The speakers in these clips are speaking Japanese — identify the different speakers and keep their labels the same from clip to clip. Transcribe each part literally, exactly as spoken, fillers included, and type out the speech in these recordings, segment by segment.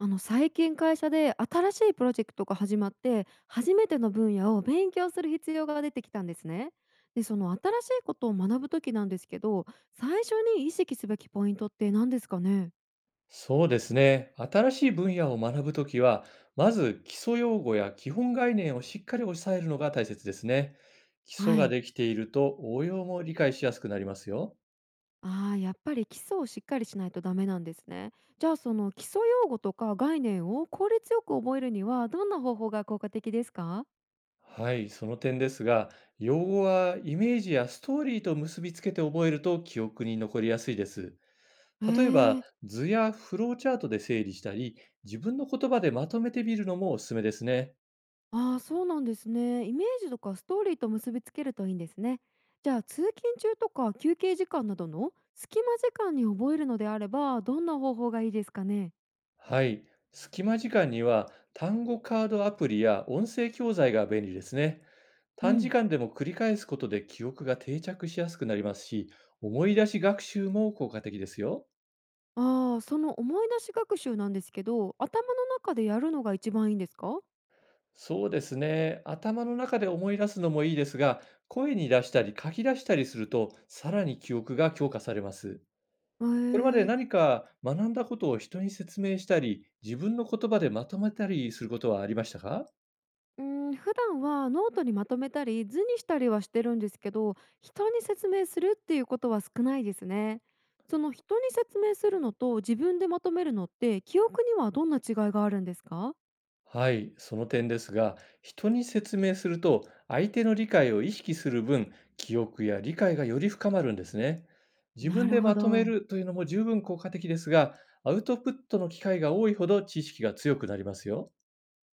Speaker 1: あの最近会社で新しいプロジェクトが始まって、初めての分野を勉強する必要が出てきたんですね。でその新しいことを学ぶ時なんですけど、最初に意識すべきポイントって何ですかね？
Speaker 2: そうですね。新しい分野を学ぶときは、まず基礎用語や基本概念をしっかり押さえるのが大切ですね。基礎
Speaker 1: は
Speaker 2: が
Speaker 1: い。
Speaker 2: できていると応用も理解しやすくなりますよ。
Speaker 1: あー、やっぱり基礎をしっかりしないとダメなんですね。じゃあ、その基礎用語とか概念を効率よく覚えるにはどんな方法が効果的ですか？
Speaker 2: はい、その点ですが、用語はイメージやストーリーと結びつけて覚えると記憶に残りやすいです。
Speaker 1: へ
Speaker 2: 例えば、
Speaker 1: え。
Speaker 2: 図やフローチャートで整理したり、自分の言葉でまとめてみるのもおすすめですね。
Speaker 1: ああ、そうなんですね。イメージとかストーリーと結びつけるといいんですね。じゃあ、通勤中とか休憩時間などの隙間時間に覚えるのであれば、どんな方法がいいですかね？
Speaker 2: はい。隙間時間には単語カードアプリや音声教材が便利ですね。
Speaker 1: う
Speaker 2: 短時
Speaker 1: ん。
Speaker 2: 間でも繰り返すことで記憶が定着しやすくなりますし、思い出し学習も効果的ですよ。
Speaker 1: ああー、その思い出し学習なんですけど、頭の中でやるのが一番いいんですか？
Speaker 2: そうですね。頭の中で思い出すのもいいですが、声に出したり書き出したりすると、さらに記憶が強化されます。
Speaker 1: へ
Speaker 2: これまで
Speaker 1: え。
Speaker 2: 何か学んだことを人に説明したり、自分の言葉でまとめたりすることはありましたか。
Speaker 1: うん、普段はノートにまとめたり図にしたりはしてるんですけど、人に説明するっていうことは少ないですね。その、人に説明するのと自分でまとめるのって、記憶にはどんな違いがあるんですか？
Speaker 2: はい、その点ですが、人に説明すると相手の理解を意識する分、記憶や理解がより深まるんですね。自
Speaker 1: な
Speaker 2: 分
Speaker 1: る
Speaker 2: で
Speaker 1: ほ
Speaker 2: まとめ
Speaker 1: ど。
Speaker 2: るというのも十分効果的ですが、アウトプットの機会が多いほど知識が強くなりますよ。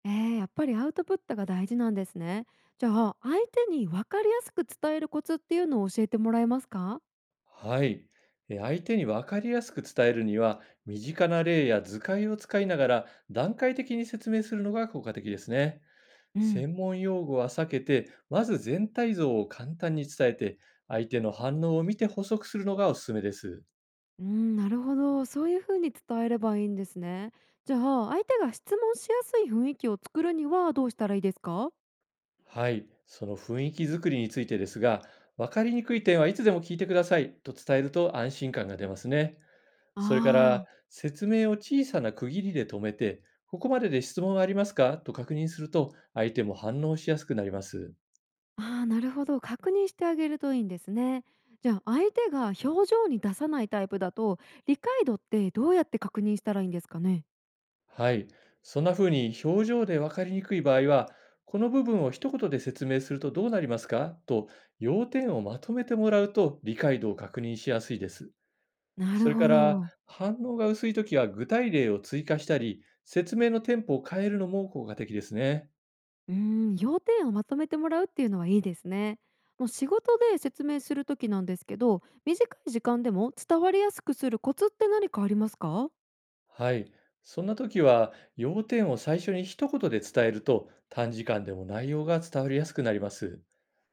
Speaker 1: えー、やっぱりアウトプットが大事なんですね。じゃあ、相手に分かりやすく伝えるコツっていうのを教えてもらえますか？
Speaker 2: はい。えー相手に分かりやすく伝えるには、身近な例や図解を使いながら段階的に説明するのが効果的ですね。
Speaker 1: うん、
Speaker 2: 専門用語は避けて、まず全体像を簡単に伝えて、相手の反応を見て補足するのがおすすめです。
Speaker 1: うん、なるほど。そういうふうに伝えればいいんですね。じゃあ、相手が質問しやすい雰囲気を作るにはどうしたらいいですか？
Speaker 2: はい、その雰囲気づくりについてですが、分かりにくい点はいつでも聞いてくださいと伝えると安心感が出ますね。
Speaker 1: あ
Speaker 2: それから、
Speaker 1: あ、
Speaker 2: 説明を小さな区切りで止めて、ここまでで質問はありますかと確認すると、相手も反応しやすくなります。
Speaker 1: ああ、なるほど、確認してあげるといいんですね。じゃあ、相手が表情に出さないタイプだと、理解度ってどうやって確認したらいいんですかね？
Speaker 2: はい。そんな風に表情で分かりにくい場合は、この部分を一言で説明するとどうなりますかと、要点をまとめてもらうと理解度を確認しやすいです。
Speaker 1: な
Speaker 2: そ
Speaker 1: る
Speaker 2: れ
Speaker 1: ほ
Speaker 2: から、
Speaker 1: ど。
Speaker 2: 反応が薄いときは具体例を追加したり、説明のテンポを変えるのも効果的ですね。
Speaker 1: うーん、要点をまとめてもらうっていうのはいいですね。もう、仕事で説明するときなんですけど、短い時間でも伝わりやすくするコツって何かありますか？
Speaker 2: はい。そんな時は、要点を最初に一言で伝えると、短時間でも内容が伝わりやすくなります。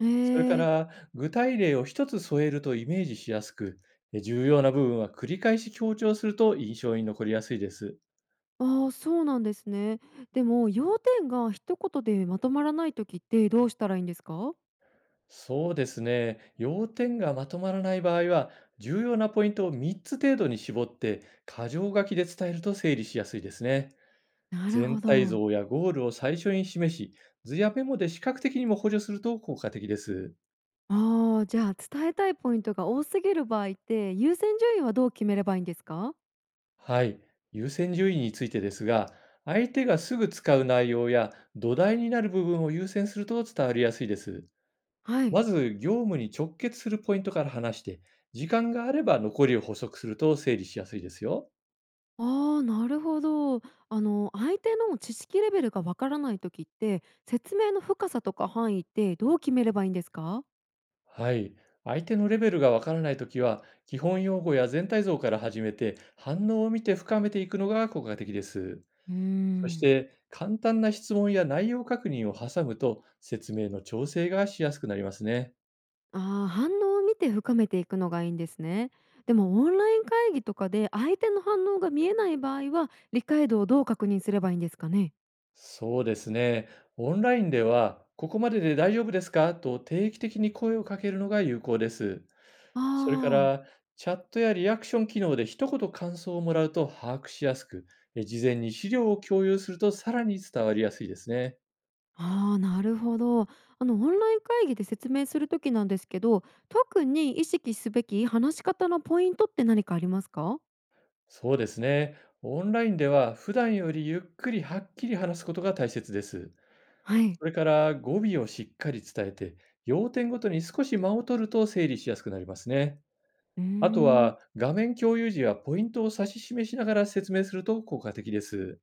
Speaker 1: え
Speaker 2: それか
Speaker 1: え、
Speaker 2: ら、具体例を一つ添えるとイメージしやすく、え重要な部分は繰り返し強調すると印象に残りやすいです。
Speaker 1: ああ、そうなんですね。でも、要点が一言でまとまらないときってどうしたらいいんですか？
Speaker 2: そうですね。要点がまとまらない場合は、重要なポイントをみっつ程度に絞って、箇条書きで伝えると整理しやすいですね。
Speaker 1: なるほ
Speaker 2: 全体
Speaker 1: ど。
Speaker 2: 像やゴールを最初に示し、図やメモで視覚的にも補助すると効果的です。
Speaker 1: ああ、じゃあ、伝えたいポイントが多すぎる場合って、優先順位はどう決めればいいんですか？
Speaker 2: はい、優先順位についてですが、相手がすぐ使う内容や土台になる部分を優先すると伝わりやすいです。
Speaker 1: はい。
Speaker 2: まず、業務に直結するポイントから話して、時間があれば残りを補足すると整理しやすいですよ。
Speaker 1: ああ、なるほど。あの、相手の知識レベルがわからない時って、説明の深さとか範囲ってどう決めればいいんですか？
Speaker 2: はい、相手のレベルがわからないときは、基本用語や全体像から始めて、反応を見て深めていくのが効果的です。
Speaker 1: うー
Speaker 2: そし
Speaker 1: ん。
Speaker 2: て、簡単な質問や内容確認を挟むと、説明の調整がしやすくなりますね。
Speaker 1: ああ、反応を見て深めていくのがいいんですね。でも、オンライン会議とかで相手の反応が見えない場合は、理解度をどう確認すればいいんですかね？
Speaker 2: そうですね。オンラインでは、ここまでで大丈夫ですかと定期的に声をかけるのが有効です。
Speaker 1: あ
Speaker 2: それか
Speaker 1: あ。
Speaker 2: ら、チャットやリアクション機能で一言感想をもらうと把握しやすく、え事前に資料を共有するとさらに伝わりやすいですね。
Speaker 1: ああ、なるほど。あの、オンライン会議で説明するときなんですけど、特に意識すべき話し方のポイントって何かありますか？
Speaker 2: そうですね。オンラインでは普段よりゆっくりはっきり話すことが大切です。
Speaker 1: はい。
Speaker 2: それから語尾をしっかり伝えて、要点ごとに少し間を取ると整理しやすくなりますね。
Speaker 1: うー
Speaker 2: あと
Speaker 1: ん。
Speaker 2: は、画面共有時はポイントを指し示しながら説明すると効果的です。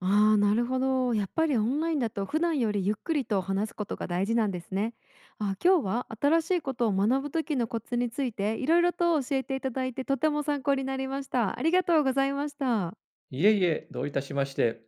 Speaker 1: ああ、なるほど。やっぱりオンラインだと普段よりゆっくりと話すことが大事なんですね。あ、今日は新しいことを学ぶ時のコツについていろいろと教えていただいて、とても参考になりました。ありがとうございました。
Speaker 2: いえいえ、どういたしまして。